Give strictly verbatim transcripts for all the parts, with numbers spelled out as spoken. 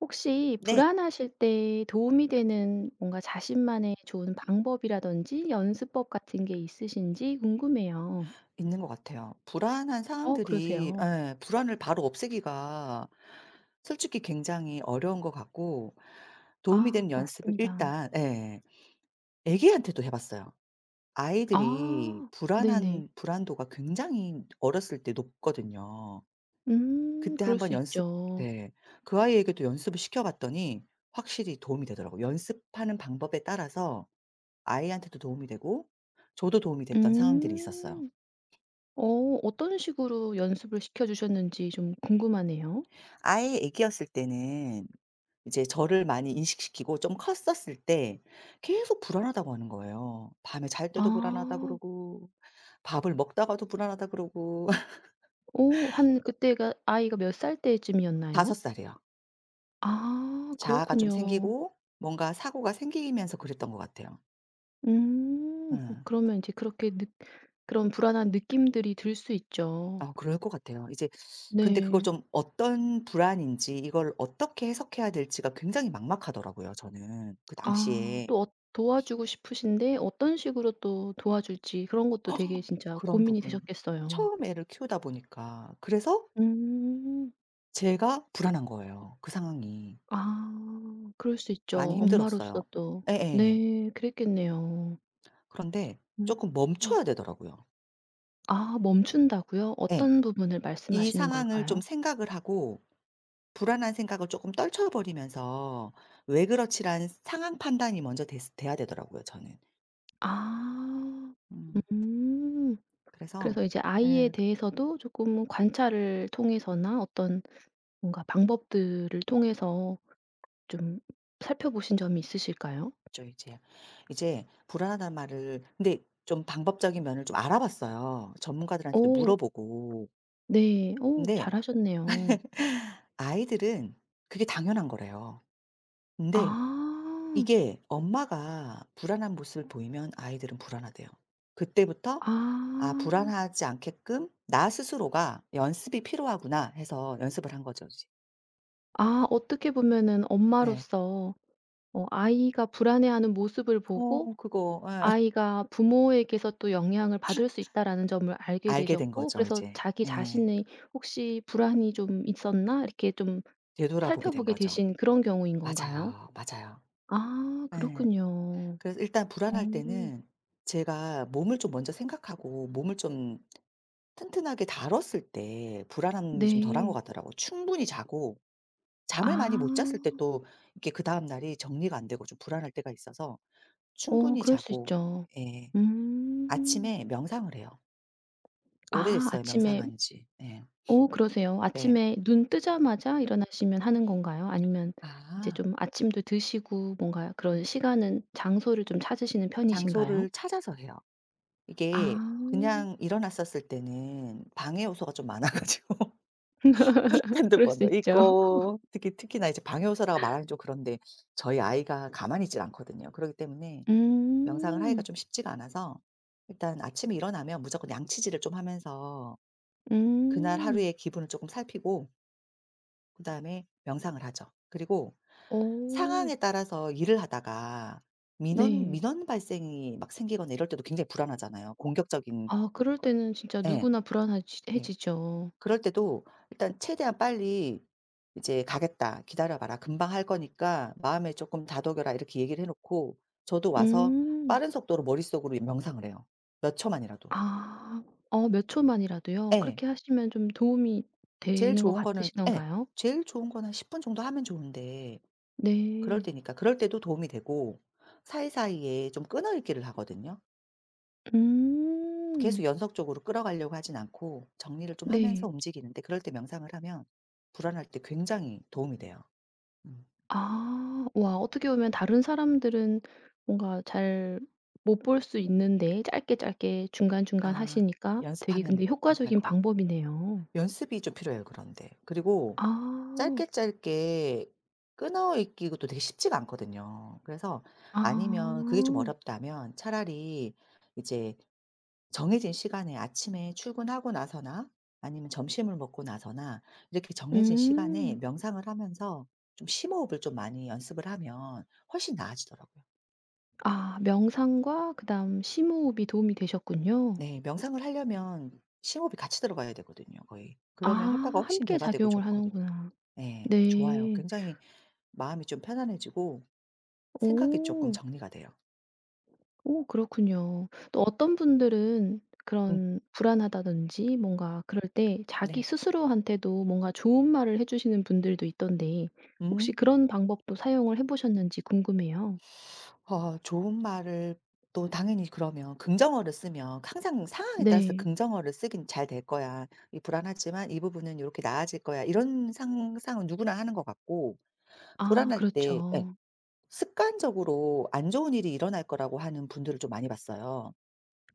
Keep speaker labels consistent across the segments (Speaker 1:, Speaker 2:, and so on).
Speaker 1: 혹시
Speaker 2: 네.
Speaker 1: 불안하실 때 도움이 되는 뭔가 자신만의 좋은 방법이라든지 연습법 같은 게 있으신지 궁금해요.
Speaker 2: 있는 것 같아요. 불안한
Speaker 1: 어
Speaker 2: 상황들이
Speaker 1: 그러세요.
Speaker 2: 예 불안을 바로 없애기가 솔직히 굉장히 어려운 것 같고, 도움이
Speaker 1: 아
Speaker 2: 되는 연습을
Speaker 1: 맞습니다.
Speaker 2: 일단 예 애기한테도 해 봤어요. 아이들이
Speaker 1: 아 네네.
Speaker 2: 불안한 불안도가 굉장히 어렸을 때 높거든요.
Speaker 1: 음
Speaker 2: 그때
Speaker 1: 그럴
Speaker 2: 한번
Speaker 1: 수
Speaker 2: 연습
Speaker 1: 있죠.
Speaker 2: 네. 그 아이에게도 연습을 시켜 봤더니 확실히 도움이 되더라고요. 연습하는 방법에 따라서 아이한테도 도움이 되고 저도 도움이 됐던 상황들이 있었어요.
Speaker 1: 음. 어 어떤 식으로 연습을 시켜 주셨는지 좀 궁금하네요.
Speaker 2: 아예 애기였을 때는 이제 저를 많이 인식시키고, 좀 컸었을 때 계속 불안하다고 하는 거예요. 밤에 잘 때도 불안하다
Speaker 1: 아.
Speaker 2: 그러고, 밥을 먹다가도 불안하다 그러고
Speaker 1: 오 한 그때가 아이가 몇 살
Speaker 2: 다섯
Speaker 1: 때쯤이었나요?
Speaker 2: 살이요.
Speaker 1: 아
Speaker 2: 자아가 좀
Speaker 1: 그렇군요.
Speaker 2: 생기고 뭔가 사고가 생기면서 그랬던 것 같아요.
Speaker 1: 음.
Speaker 2: 예.
Speaker 1: 그러면 이제 그렇게 느 그런 불안한 느낌들이 들 수 있죠.
Speaker 2: 아, 그럴 것 같아요. 이제 근데 그걸
Speaker 1: 네.
Speaker 2: 좀, 어떤 불안인지 이걸 어떻게 해석해야 될지가 굉장히 막막하더라고요, 저는 그
Speaker 1: 아
Speaker 2: 당시에.
Speaker 1: 또 어 도와주고 싶으신데 어떤 식으로 또 도와줄지 그런 것도
Speaker 2: 허!
Speaker 1: 되게 진짜
Speaker 2: 그런
Speaker 1: 고민이
Speaker 2: 부분.
Speaker 1: 되셨겠어요.
Speaker 2: 처음 애를 키우다 보니까. 그래서
Speaker 1: 음.
Speaker 2: 제가 불안한 거예요, 그 상황이.
Speaker 1: 아 그럴 수 있죠.
Speaker 2: 많이
Speaker 1: 엄마로서
Speaker 2: 힘들었어요.
Speaker 1: 또.
Speaker 2: 예예.
Speaker 1: 네. 그랬겠네요.
Speaker 2: 그런데
Speaker 1: 음.
Speaker 2: 쪼끔
Speaker 1: 음.
Speaker 2: 멈춰야 되더라고요.
Speaker 1: 아 멈춘다고요?
Speaker 2: 예.
Speaker 1: 어떤 부분을
Speaker 2: 이
Speaker 1: 말씀하시는
Speaker 2: 상황을 좀
Speaker 1: 걸까요?
Speaker 2: 생각을 하고 불안한 생각을 쪼끔 떨쳐 버리면서 '왜 그렇지?'라는 상황 판단이 먼저 됐 돼야 되더라고요, 저는.
Speaker 1: 아.
Speaker 2: 음.
Speaker 1: 음.
Speaker 2: 그래서
Speaker 1: 그래서 이제 아이에
Speaker 2: 예.
Speaker 1: 대해서도 조금 관찰을 통해서나 어떤 뭔가 방법들을 통해서 좀 살펴보신 점이 있으실까요?
Speaker 2: 그쵸 이제. 이제 불안하다는 말을 근데 좀 방법적인 면을 좀 알아봤어요, 전문가들한테도
Speaker 1: 오,
Speaker 2: 물어보고.
Speaker 1: 네. 오,
Speaker 2: 근데
Speaker 1: 잘하셨네요.
Speaker 2: 아이들은 그게 당연한 거래요. 근데
Speaker 1: 아.
Speaker 2: 이게 엄마가 불안한 모습을 보이면 아이들은 불안하대요. 그때부터 '아,
Speaker 1: 아.
Speaker 2: 불안하지 않게끔 나 스스로가 연습이 필요하구나.' 해서 연습을 한 거죠 이제.
Speaker 1: 아 어떻게 보면은
Speaker 2: 네.
Speaker 1: 엄마로서 어 아이가 불안해하는 모습을 보고
Speaker 2: 어 그거 예.
Speaker 1: 아이가 '부모에게서 또 영향을 받을 수 있다.'라는 점을 알게
Speaker 2: 알게 된
Speaker 1: 되셨고
Speaker 2: 거죠
Speaker 1: 그래서
Speaker 2: 이제.
Speaker 1: 자기
Speaker 2: 예.
Speaker 1: 자신의 '혹시 불안이 좀 있었나?' 이렇게 좀
Speaker 2: 되돌아보게 된
Speaker 1: 살펴보게
Speaker 2: 거죠.
Speaker 1: 되신 그런 경우인 건가요?
Speaker 2: 맞아요. 맞아요.
Speaker 1: 아
Speaker 2: 예.
Speaker 1: 그렇군요.
Speaker 2: 그래서 일단
Speaker 1: 어
Speaker 2: 불안할 때는 제가 몸을 좀 먼저 생각하고, 몸을 좀 튼튼하게 다뤘을 때 불안함이 좀 덜한 것
Speaker 1: 네.
Speaker 2: 같더라고요. 충분히 자고, 잠을 많이 못 잤을 때
Speaker 1: 아.
Speaker 2: 또 이게 그다음 날이 정리가 안 되고 좀 불안할 때가 있어서
Speaker 1: 어
Speaker 2: 충분히
Speaker 1: 그럴 수
Speaker 2: 자고
Speaker 1: 있죠.
Speaker 2: 예.
Speaker 1: 음.
Speaker 2: 아침에 명상을 해요.
Speaker 1: 아
Speaker 2: 오래됐어요
Speaker 1: 아침에
Speaker 2: 명상한 지. 예.
Speaker 1: 어 그러세요?
Speaker 2: 네.
Speaker 1: 아침에 눈 뜨자마자 일어나시면 하는 건가요? 아니면 이제
Speaker 2: 아
Speaker 1: 좀 아침도 드시고 뭔가 그런 시간은 장소를 좀 찾으시는 편이신가요?
Speaker 2: 장소를 찾아서 해요.
Speaker 1: 아
Speaker 2: 이게 그냥 일어났었을 때는 방해 요소가 좀 많아 가지고
Speaker 1: 그럴 수
Speaker 2: 핸드폰도
Speaker 1: 있죠.
Speaker 2: 있고, 특히 특히나 이제 방해 요소라고 말하긴 좀 그런데 저희 아이가 가만히 있질 않거든요. 그러기 때문에 명상을 하기가
Speaker 1: 음.
Speaker 2: 좀 쉽지가 않아서 일단 아침에 일어나면 무조건 양치질을 좀 하면서 그날
Speaker 1: 음.
Speaker 2: 하루의 기분을 조금 살피고 그다음에 명상을 하죠. 그리고
Speaker 1: 오,
Speaker 2: 상황에 따라서 일을 하다가 민원
Speaker 1: 네.
Speaker 2: 민원 발생이 막 생기거나 이럴 때도 굉장히 불안하잖아요. 공격적인
Speaker 1: 아 그럴
Speaker 2: 그
Speaker 1: 때는 진짜
Speaker 2: 예.
Speaker 1: 누구나 불안하지
Speaker 2: 네.
Speaker 1: 해지죠.
Speaker 2: 그럴 때도 일단 최대한 빨리 이제 "가겠다. 기다려 봐라. 금방 할 거니까 마음에 조금 다독여라." 이렇게 얘기를 해 놓고 저도 와서
Speaker 1: 음.
Speaker 2: 빠른 속도로 머릿속으로 명상을 해요. 몇 초만이라도.
Speaker 1: 아. 어 몇 초만이라도요?
Speaker 2: 예.
Speaker 1: 그렇게 하시면 좀 도움이
Speaker 2: 제일
Speaker 1: 되는 것
Speaker 2: 좋은 거는 예.
Speaker 1: 같으시던가요?
Speaker 2: 제일 좋은 건 한 십 분 정도 하면 좋은데, 그럴
Speaker 1: 네.
Speaker 2: 때니까 그럴 때도 도움이 되고 사이사이에 좀 끊어 읽기를 하거든요. 계속
Speaker 1: 음.
Speaker 2: 연속적으로 끌어가려고 하진 않고 정리를 좀 하면서
Speaker 1: 네.
Speaker 2: 움직이는데, 그럴 때 명상을 하면 불안할 때 굉장히 도움이 돼요. 음.
Speaker 1: 아. 와 어떻게 보면 다른 사람들은 뭔가 잘 못 볼 수 있는데 짧게 짧게 중간중간
Speaker 2: 아
Speaker 1: 하시니까 되게 근데
Speaker 2: 연습하면 가능할
Speaker 1: 효과적인
Speaker 2: 것 같아요.
Speaker 1: 방법이네요.
Speaker 2: 연습이 좀 필요해요 그런데. 그리고
Speaker 1: 아.
Speaker 2: 짧게 짧게 끊어 읽기도 되게 쉽지가 않거든요. 그래서
Speaker 1: 아.
Speaker 2: 아니면 그게 좀 어렵다면 차라리 이제 정해진 시간에 아침에 출근하고 나서나 아니면 점심을 먹고 나서나, 이렇게 정해진 시간에
Speaker 1: 음.
Speaker 2: 명상을 하면서 좀 심호흡을 좀 많이 연습을 하면 훨씬 나아지더라고요.
Speaker 1: 아 명상과 그다음 심호흡이 도움이 되셨군요.
Speaker 2: 네. 명상을 하려면 심호흡이 같이 들어가야 되거든요 거의.
Speaker 1: 아
Speaker 2: 그러면 효과가 훨씬
Speaker 1: 함께
Speaker 2: 배가 되고
Speaker 1: 작용을
Speaker 2: 좋거든요.
Speaker 1: 하는구나.
Speaker 2: 네, 좋아요.
Speaker 1: 네.
Speaker 2: 굉장히 마음이 좀 편안해지고 생각이 조금
Speaker 1: 오.
Speaker 2: 정리가 돼요.
Speaker 1: 오 그렇군요. 또 어떤 분들은
Speaker 2: 음.
Speaker 1: 그런 불안하다든지 뭔가 그럴 때 자기
Speaker 2: 네.
Speaker 1: 스스로한테도 뭔가 좋은 말을 해 주시는 분들도 있던데 혹시
Speaker 2: 음.
Speaker 1: 그런 방법도 사용을 해 보셨는지 궁금해요.
Speaker 2: 어 좋은 말을 또 당연히, 그러면 긍정어를 쓰면 항상 상황에 따라서
Speaker 1: 네.
Speaker 2: 긍정어를 쓰긴, 잘 될 거야. 이 불안하지만 이 부분은 이렇게 나아질 거야. 이런 상상은 누구나 하는 것 같고,
Speaker 1: 아
Speaker 2: 불안할 때 예
Speaker 1: 그렇죠.
Speaker 2: 습관적으로 안 좋은 일이 일어날 거라고 하는 분들을 좀 많이 봤어요.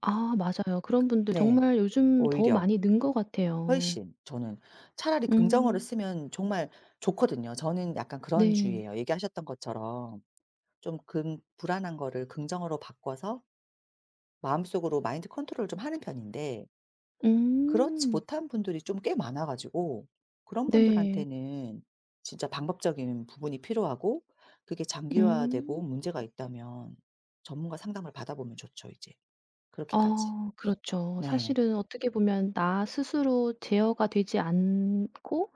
Speaker 1: 아 맞아요. 그런 분들
Speaker 2: 네.
Speaker 1: 정말 요즘 더
Speaker 2: 오히려
Speaker 1: 많이 는 것 같아요.
Speaker 2: 훨씬 저는 차라리 긍정어를
Speaker 1: 음.
Speaker 2: 쓰면 정말 좋거든요. 저는 약간 그런
Speaker 1: 네.
Speaker 2: 주의예요. 얘기하셨던 것처럼 좀 금 불안한 거를 긍정어로 바꿔서 마음속으로 마인드 컨트롤을 좀 하는 편인데, 그렇지
Speaker 1: 음.
Speaker 2: 못한 분들이 좀 꽤 많아 가지고 그런
Speaker 1: 네.
Speaker 2: 분들한테는 진짜 방법적인 부분이 필요하고, 그게 장기화되고
Speaker 1: 음.
Speaker 2: 문제가 있다면 전문가 상담을 받아보면 좋죠 이제. 그렇게까지.
Speaker 1: 아 그렇죠.
Speaker 2: 네.
Speaker 1: 사실은 어떻게 보면 나 스스로 제어가 되지 않고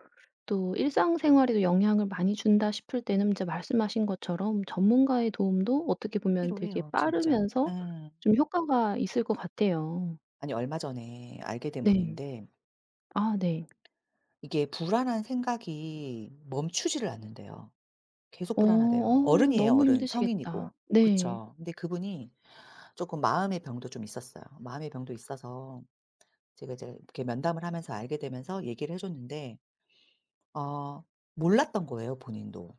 Speaker 1: 또 일상생활에도 영향을 많이 준다 싶을 때는 이제 말씀하신 것처럼 전문가의 도움도 어떻게 보면 되게
Speaker 2: 필요해요 진짜.
Speaker 1: 빠르면서
Speaker 2: 음
Speaker 1: 좀 효과가 있을 것 같아요.
Speaker 2: 아니 얼마 전에 알게 된
Speaker 1: 네.
Speaker 2: 분인데
Speaker 1: 아 네.
Speaker 2: 이게 불안한 생각이 멈추지를 않는데요, 계속
Speaker 1: 어
Speaker 2: 불안하대요.
Speaker 1: 어
Speaker 2: 어른이에요,
Speaker 1: 너무
Speaker 2: 어른. 성인이고.
Speaker 1: 힘드시겠다. 네.
Speaker 2: 그쵸. 근데 그분이 조금 마음의 병도 좀 있었어요. 마음의 병도 있어서 제가 이제 이렇게 면담을 하면서 알게 되면서 얘기를 해 줬는데 어 몰랐던 거예요, 본인도.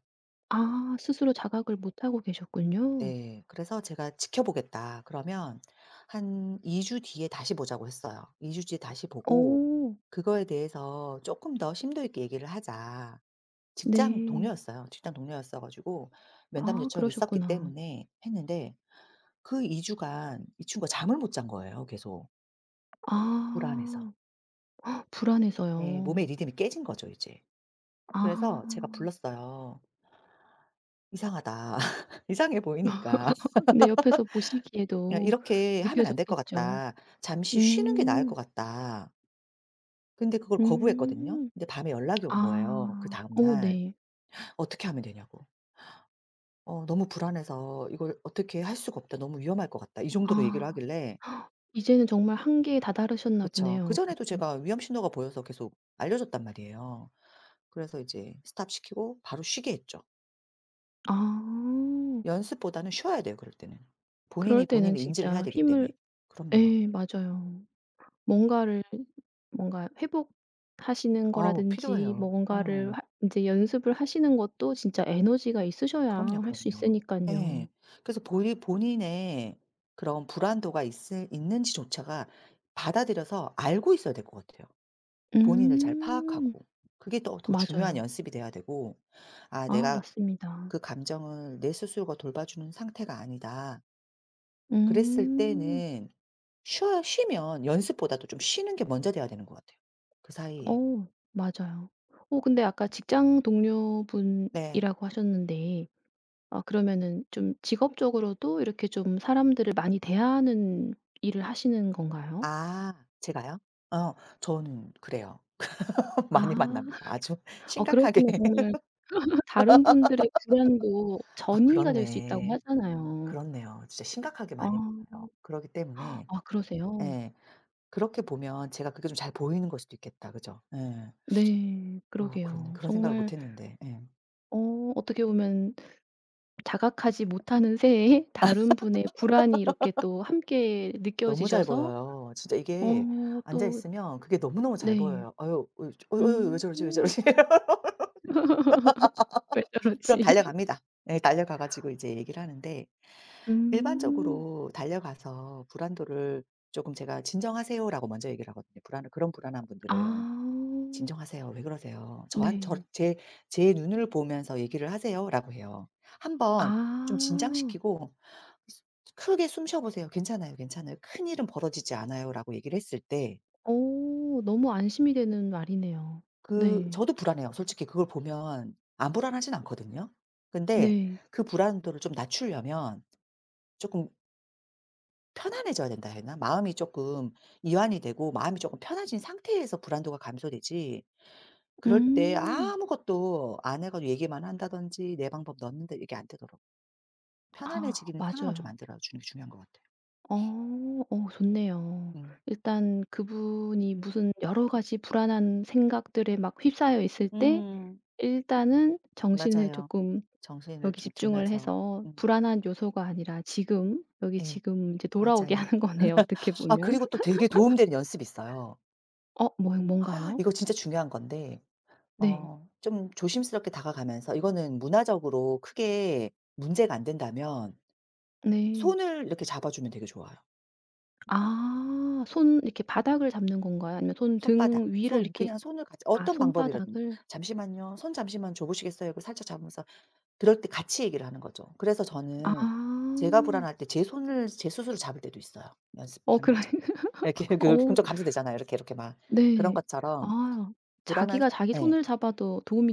Speaker 1: 아 스스로 자각을 못하고 계셨군요.
Speaker 2: 네. 그래서 제가 "지켜보겠다." 그러면 한 이 주 뒤에 다시 보자고 했어요. "이 주 뒤에 다시 보고
Speaker 1: 오,
Speaker 2: 그거에 대해서 조금 더 심도 있게 얘기를 하자." 직장
Speaker 1: 네.
Speaker 2: 동료였어요. 직장 동료였어 가지고 면담
Speaker 1: 아
Speaker 2: 요청이 있었기
Speaker 1: 그러셨구나.
Speaker 2: 때문에 했는데, 그 이 주간 이 친구가 잠을 못 잔 거예요 계속 불안해서.
Speaker 1: 아.
Speaker 2: 예
Speaker 1: 불안해서요.
Speaker 2: 몸의 리듬이 깨진 거죠 이제. 그래서 제가
Speaker 1: 아.
Speaker 2: 불렀어요. "이상하다. 이상해 보이니까
Speaker 1: 근데 옆에서
Speaker 2: 야
Speaker 1: 보시기에도
Speaker 2: 이렇게 하면 안 될 것
Speaker 1: 느껴졌겠죠.
Speaker 2: 같다. 잠시 쉬는 게 나을 것
Speaker 1: 음.
Speaker 2: 같다." 근데 그걸 거부했거든요.
Speaker 1: 음.
Speaker 2: 근데 밤에 연락이 온 거예요
Speaker 1: 아.
Speaker 2: 그다음
Speaker 1: 오
Speaker 2: 날.
Speaker 1: 네.
Speaker 2: "어떻게 하면 되냐."고. "어 너무 불안해서 이걸 어떻게 할 수가 없다. 너무 위험할 것 같다." 이 정도로 얘기를
Speaker 1: 아.
Speaker 2: 하길래
Speaker 1: 이제는 정말 한계에 다다르셨나
Speaker 2: 그쵸.
Speaker 1: 보네요.
Speaker 2: 그전에도 제가 위험 신호가 보여서 계속 알려줬단 말이에요. 그래서 이제 스탑시키고 바로 쉬게 했죠.
Speaker 1: 아.
Speaker 2: 연습보다는 쉬어야 돼요, 그럴 때는.
Speaker 1: 그럴
Speaker 2: 본인이 본인
Speaker 1: 때는
Speaker 2: 의 인지를 해야
Speaker 1: 진짜
Speaker 2: 되기
Speaker 1: 힘을
Speaker 2: 때문에. 그럼요.
Speaker 1: 예 맞아요. 뭔가를 뭔가 회복하시는
Speaker 2: 아우
Speaker 1: 거라든지
Speaker 2: 필요해요.
Speaker 1: 뭐 뭔가를
Speaker 2: 어.
Speaker 1: 하제 연습을 하시는 것도 진짜 에너지가
Speaker 2: 그럼요,
Speaker 1: 있으셔야 할수있으
Speaker 2: 그럼요.
Speaker 1: 니까
Speaker 2: 예.
Speaker 1: 요
Speaker 2: 그래서 본인 본인의 그런 불안도가 있을 있는지조차가 받아들여서 알고 있어야 될 것 같아요. 본인을 잘
Speaker 1: 음.
Speaker 2: 파악하고. 그게 더 더 중요한
Speaker 1: 맞아요.
Speaker 2: 연습이 돼야 되고, '아,
Speaker 1: 아
Speaker 2: 내가
Speaker 1: 맞습니다.
Speaker 2: 그 감정을 내 스스로가 돌봐주는 상태가 아니다. 그랬을
Speaker 1: 음.
Speaker 2: 때는 쉬어 쉬면 연습보다도 좀 쉬는 게 먼저 돼야 되는 것 같아요, 그 사이에.
Speaker 1: 어 맞아요. 어 근데 아까 직장
Speaker 2: 네.
Speaker 1: 동료분이라고 하셨는데 아 그러면은 좀 직업적으로도 이렇게 좀 사람들을 많이 대하는 일을 하시는 건가요?
Speaker 2: 아 제가요? 어 저는 그래요. 많이
Speaker 1: 아.
Speaker 2: 만납니다. 아주
Speaker 1: 어
Speaker 2: 심각하게.
Speaker 1: 그러시면 정말 다른 분들의 불안도
Speaker 2: 아
Speaker 1: 전이가 될 수 있다고
Speaker 2: 그렇네.
Speaker 1: 하잖아요.
Speaker 2: 그렇네요. 진짜 심각하게
Speaker 1: 아.
Speaker 2: 많이 만나요. 그러기 때문에
Speaker 1: 아 그러세요?
Speaker 2: 예 그렇게 보면 제가 그게 좀 잘 보이는 걸 수도 있겠다. 그죠? 예.
Speaker 1: 네.
Speaker 2: 어 그렇네.
Speaker 1: 그러게요.
Speaker 2: 그런 생각을 못
Speaker 1: 정말
Speaker 2: 했는데. 예.
Speaker 1: 어 어떻게 보면 자각하지 못하는 새에 다른 분의 불안이 이렇게 또 함께
Speaker 2: 너무 잘
Speaker 1: 느껴지셔서
Speaker 2: 보여요. 진짜 이게
Speaker 1: 어
Speaker 2: 앉아
Speaker 1: 또
Speaker 2: 있으면 그게 너무너무 잘
Speaker 1: 네.
Speaker 2: 보여요. "아유 어유 저 어유 어유 왜
Speaker 1: 음.
Speaker 2: 저러지, 왜 저러지?"
Speaker 1: 왜
Speaker 2: 그럼
Speaker 1: 저러지?
Speaker 2: 달려갑니다. 네, 달려가 가지고 이제 얘기를 하는데
Speaker 1: 음.
Speaker 2: 일반적으로 달려가서 불안도를 조금 제가 "진정하세요."라고 먼저 얘기를 하거든요. 불안 그런 불안한 분들은
Speaker 1: 아.
Speaker 2: "진정하세요. 왜 그러세요? 저한 저
Speaker 1: 네.
Speaker 2: 제 제 눈을 보면서 얘기를 하세요."라고 해요. 한번 좀
Speaker 1: 아.
Speaker 2: 진정시키고 크게 숨 쉬어 보세요. "괜찮아요, 괜찮아요. 큰일은 벌어지지 않아요."라고 얘기를 했을 때
Speaker 1: 어 너무 안심이 되는 말이네요.
Speaker 2: 그
Speaker 1: 네.
Speaker 2: 저도 불안해요. 솔직히 그걸 보면 안 불안하진 않거든요. 근데
Speaker 1: 네.
Speaker 2: 그 불안도를 좀 낮추려면 조금 편안해져야 된다 해야 되나? 마음이 조금 이완이 되고 마음이 조금 편해진 상태에서 불안도가 감소되지, 그럴 때
Speaker 1: 음.
Speaker 2: 아무것도 안 해 가지고 얘기만 한다든지 내 방법 넣었는데 이게 안 되더라고.
Speaker 1: 아
Speaker 2: 편안해지기는 상황을 좀
Speaker 1: 맞아요.
Speaker 2: 만들어 주는 게 중요한 것 같아요.
Speaker 1: 어. 어 좋네요.
Speaker 2: 음.
Speaker 1: 일단 그분이 무슨 여러 가지 불안한 생각들에 막 휩싸여 있을 때
Speaker 2: 음.
Speaker 1: 일단은 정신을
Speaker 2: 맞아요.
Speaker 1: 조금
Speaker 2: 정신을
Speaker 1: 여기
Speaker 2: 좀
Speaker 1: 집중을
Speaker 2: 들면서.
Speaker 1: 해서
Speaker 2: 음.
Speaker 1: 불안한 요소가 아니라 지금 여기
Speaker 2: 예.
Speaker 1: 지금 이제 돌아오게
Speaker 2: 맞아요.
Speaker 1: 하는 거네요 어떻게
Speaker 2: 아
Speaker 1: 보면.
Speaker 2: 그리고 또 되게 도움되는 연습이 있어요.
Speaker 1: 어 뭐
Speaker 2: 아,
Speaker 1: 뭔가요?
Speaker 2: 이거 진짜 중요한 건데
Speaker 1: 네.
Speaker 2: 어 좀 조심스럽게 다가가면서, 이거는 문화적으로 크게 문제가 안 된다면
Speaker 1: 네.
Speaker 2: 손을 이렇게 잡아주면 되게 좋아요.
Speaker 1: 아 손 이렇게 바닥을 잡는 건가요? 아니면 손
Speaker 2: 손바닥,
Speaker 1: 등 위를
Speaker 2: 손
Speaker 1: 이렇게
Speaker 2: 그냥 손을 같이
Speaker 1: 아
Speaker 2: 어떤 방법이라든지
Speaker 1: 손바닥을.
Speaker 2: "잠시만요. 손 잠시만 줘 보시겠어요?" 이 살짝 잡으면서 그럴 때 같이 얘기를 하는 거죠. 그래서 저는
Speaker 1: 아.
Speaker 2: 제가 불안할 때 제 손을 제 스스로 잡을 때도 있어요,
Speaker 1: 어
Speaker 2: 연습하는
Speaker 1: 그래요?
Speaker 2: 것처럼. 이렇게 그
Speaker 1: 어
Speaker 2: 좀 감소되잖아요, 이렇게, 이렇게 막. 그런
Speaker 1: 네.
Speaker 2: 것처럼
Speaker 1: 아
Speaker 2: 불안한 사
Speaker 1: 자기가 자기
Speaker 2: 예.
Speaker 1: 손을 잡아도 도움이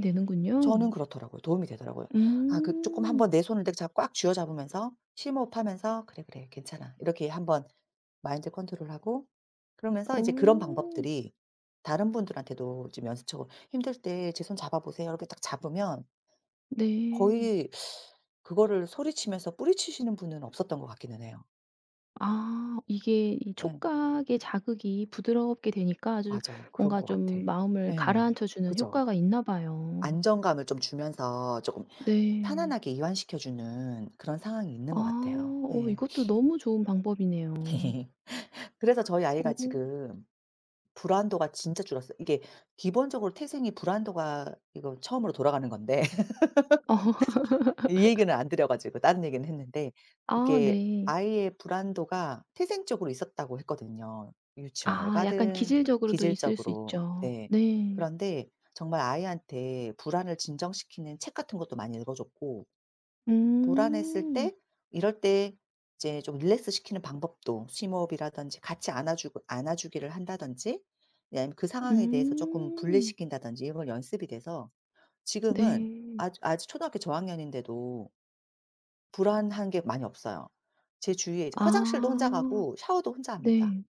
Speaker 2: 저는
Speaker 1: 되는군요.
Speaker 2: 그렇더라고요. 도움이 되더라고요. 아 그 쪼끔
Speaker 1: 음.
Speaker 2: 한번 내 손을 내가 잡 꽉 쥐어 잡으면서 심호흡하면서 '그래, 그래. 괜찮아.' 이렇게 한번 마인드 컨트롤하고 그러면서 이제 그런
Speaker 1: 어.
Speaker 2: 방법들이 다른 분들한테도 지금 연습적으로 "힘들 때 제 손 잡아 보세요." 이렇게 딱 잡으면
Speaker 1: 네.
Speaker 2: 거의 그거를 소리치면서 뿌리치시는 분은 없었던 것 같기는 해요.
Speaker 1: 아 이게 이
Speaker 2: 예.
Speaker 1: 촉각의 자극이 부드럽게 되니까 아주
Speaker 2: 맞아. 그런
Speaker 1: 뭔가
Speaker 2: 것 같아.
Speaker 1: 좀 마음을
Speaker 2: 예.
Speaker 1: 가라앉혀 주는
Speaker 2: 그죠.
Speaker 1: 효과가 있나 봐요.
Speaker 2: 안정감을 좀 주면서 쪼금
Speaker 1: 네.
Speaker 2: 편안하게 이완시켜 주는 그런 상황이 있는
Speaker 1: 아
Speaker 2: 것 같아요.
Speaker 1: 어 이것도 너무 좋은 방법이네요.
Speaker 2: 예. 그래서 저희
Speaker 1: 어.
Speaker 2: 아이가
Speaker 1: 어,
Speaker 2: 지금 불안도가 진짜 줄었어요. 이게 기본적으로 태생이 불안도가 이거 처음으로 돌아가는 건데 이 얘기는 안 드려 가지고 다른 얘기는 했는데
Speaker 1: 아
Speaker 2: 이게
Speaker 1: 네.
Speaker 2: 아이의 불안도가 태생적으로 있었다고 했거든요. 유치원을
Speaker 1: 아 약간
Speaker 2: 가든
Speaker 1: 기질적으로도 있을 수
Speaker 2: 기질적으로.
Speaker 1: 있죠.
Speaker 2: 네.
Speaker 1: 네.
Speaker 2: 그런데 정말 아이한테 불안을 진정시키는 책 같은 것도 많이 읽어 줬고 불안했을
Speaker 1: 음.
Speaker 2: 때 이럴 때 이제 좀 릴렉스 시키는 방법도 심호흡이라든지 같이 안아 주고 안아 주기를 한다든지 예 아니면 그 상황에 대해서 조금
Speaker 1: 음.
Speaker 2: 분리시킨다든지 이런 걸 연습이 돼서 지금은
Speaker 1: 네.
Speaker 2: 아주 아직 초등학교 저학년인데도 불안한 게 많이 없어요. 제 주위에 이제 화장실도 혼자
Speaker 1: 아
Speaker 2: 가고 샤워도 혼자 합니다.
Speaker 1: 네.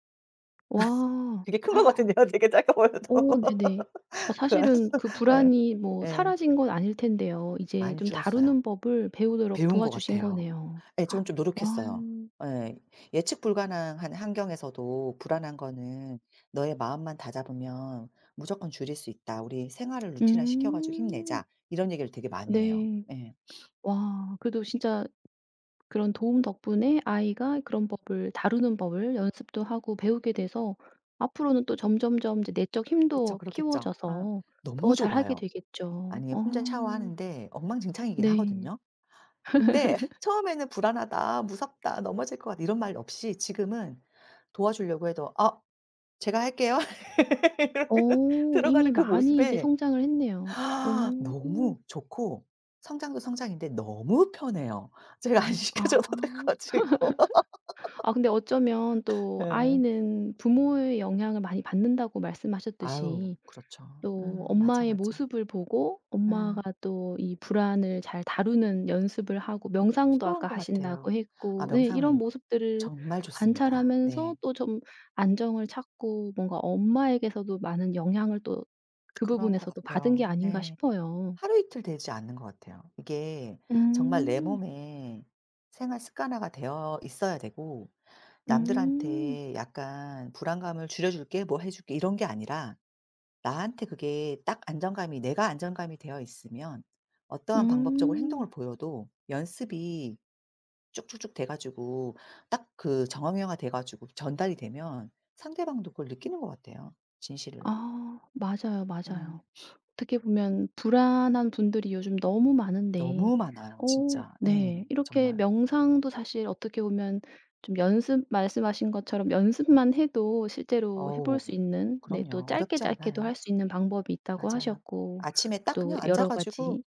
Speaker 1: 와.
Speaker 2: 그게 큰 거거든요. 되게 작아 보여도.
Speaker 1: 어 네네. 어
Speaker 2: 그 안-
Speaker 1: 사실은 그
Speaker 2: 예.
Speaker 1: 불안이 뭐
Speaker 2: 예.
Speaker 1: 사라진 건 아닐 텐데요. 이제
Speaker 2: 많이
Speaker 1: 좀
Speaker 2: 줄었어요.
Speaker 1: 다루는 법을 배우도록
Speaker 2: 배운 것
Speaker 1: 도와주신
Speaker 2: 같아요.
Speaker 1: 거네요.
Speaker 2: 예 저는 좀
Speaker 1: 와.
Speaker 2: 노력했어요. 예. 예측 불가능한 환경에서도 불안한 거는 '너의 마음만 다잡으면 무조건 줄일 수 있다. 우리 생활을 루틴화 시켜 가지고
Speaker 1: 음.
Speaker 2: 힘내자.' 이런 얘기를 되게 많이 해요.
Speaker 1: 네.
Speaker 2: 예.
Speaker 1: 와 그래도 진짜 그런 도움 덕분에 아이가 그런 법을 다루는 법을 연습도 하고 배우게 돼서 앞으로는 또 점점점 이제 내적
Speaker 2: 그쵸.
Speaker 1: 힘도
Speaker 2: 그렇겠죠. 아
Speaker 1: 키워져서
Speaker 2: 너무
Speaker 1: 더 잘하게
Speaker 2: 좋아요.
Speaker 1: 되겠죠.
Speaker 2: 아니
Speaker 1: 어.
Speaker 2: 혼자 샤워하는데 엉망진창이긴
Speaker 1: 네.
Speaker 2: 하거든요. 근데 처음에는 "불안하다. 무섭다. 넘어질 것 같다." 이런 말 없이 지금은 도와주려고 해도 "아 제가 할게요." 이러고
Speaker 1: 어 이미
Speaker 2: 들어가는 그
Speaker 1: 많이 이제
Speaker 2: 모습에
Speaker 1: 성장을 했네요. 어.
Speaker 2: 아, 너무 좋고 성장도 성장인데 너무 편해요. 제가 안
Speaker 1: 아.
Speaker 2: 시켜줘도 돼 가지고.
Speaker 1: 아 근데 어쩌면 또
Speaker 2: 예.
Speaker 1: 아이는 부모의 영향을 많이 받는다고
Speaker 2: 아유
Speaker 1: 말씀하셨듯이
Speaker 2: 그렇죠.
Speaker 1: 또
Speaker 2: 음 맞아,
Speaker 1: 엄마의
Speaker 2: 맞아.
Speaker 1: 모습을 보고
Speaker 2: 음
Speaker 1: 엄마가 또 이 불안을 잘 다루는 연습을 하고 명상도
Speaker 2: 필요한
Speaker 1: 아까
Speaker 2: 것 같아요.
Speaker 1: 하신다고
Speaker 2: 아
Speaker 1: 했고 네 이런
Speaker 2: 명상은
Speaker 1: 모습들을
Speaker 2: 정말 좋습니다. 네.
Speaker 1: 관찰하면서 또 좀 안정을 찾고 뭔가 엄마에게서도 많은 영향을 또 그
Speaker 2: 그런 것
Speaker 1: 부분에서도 받은
Speaker 2: 같아요.
Speaker 1: 게 아닌가
Speaker 2: 네.
Speaker 1: 싶어요.
Speaker 2: 하루 이틀 되지 않는 것 같아요. 이게 정말 내
Speaker 1: 음.
Speaker 2: 몸에 생활 습관화가 되어 있어야 되고
Speaker 1: 음.
Speaker 2: 남들한테 약간 불안감을 줄여 줄게, 뭐 해 줄게 이런 게 아니라 나한테 그게 딱 안정감이, 내가 안정감이 되어 있으면 어떠한 방법적으로
Speaker 1: 음.
Speaker 2: 행동을 보여도 연습이 쭉쭉쭉 돼 가지고 딱 그 정형화가 돼 가지고 전달이 되면 상대방도 그걸 느끼는 것 같아요, 진실을.
Speaker 1: 아 맞아요,
Speaker 2: 음.
Speaker 1: 맞아요. 어떻게 보면 불안한 분들이 요즘 너무 많은데
Speaker 2: 너무 많아요,
Speaker 1: 어
Speaker 2: 진짜. 예.
Speaker 1: 네 이렇게
Speaker 2: 정말.
Speaker 1: 명상도 사실 어떻게 보면 좀 연습 말씀하신 것처럼 연습만 해도 실제로 해볼
Speaker 2: 어우.
Speaker 1: 수 있는 네 또
Speaker 2: 그럼요.
Speaker 1: 짧게
Speaker 2: 어렵지
Speaker 1: 짧게도
Speaker 2: 않아요.
Speaker 1: 할 수 있는 방법이 있다고
Speaker 2: 맞아요.
Speaker 1: 하셨고
Speaker 2: 아침에 딱
Speaker 1: 또
Speaker 2: 그냥 앉아
Speaker 1: 여러
Speaker 2: 가지고
Speaker 1: 가지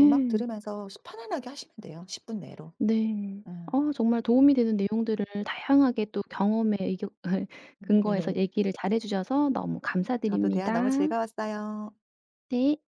Speaker 2: 음악 들으면서 편안하게 하시면 돼요, 십 분 내로.
Speaker 1: 네.
Speaker 2: 음.
Speaker 1: 어 정말 도움이 되는 내용들을 다양하게 또 경험에 의 근거해서 얘기를 잘해 주셔서 너무
Speaker 2: 저도 대화
Speaker 1: 감사드립니다.
Speaker 2: 너무 즐거웠어요.
Speaker 1: 네.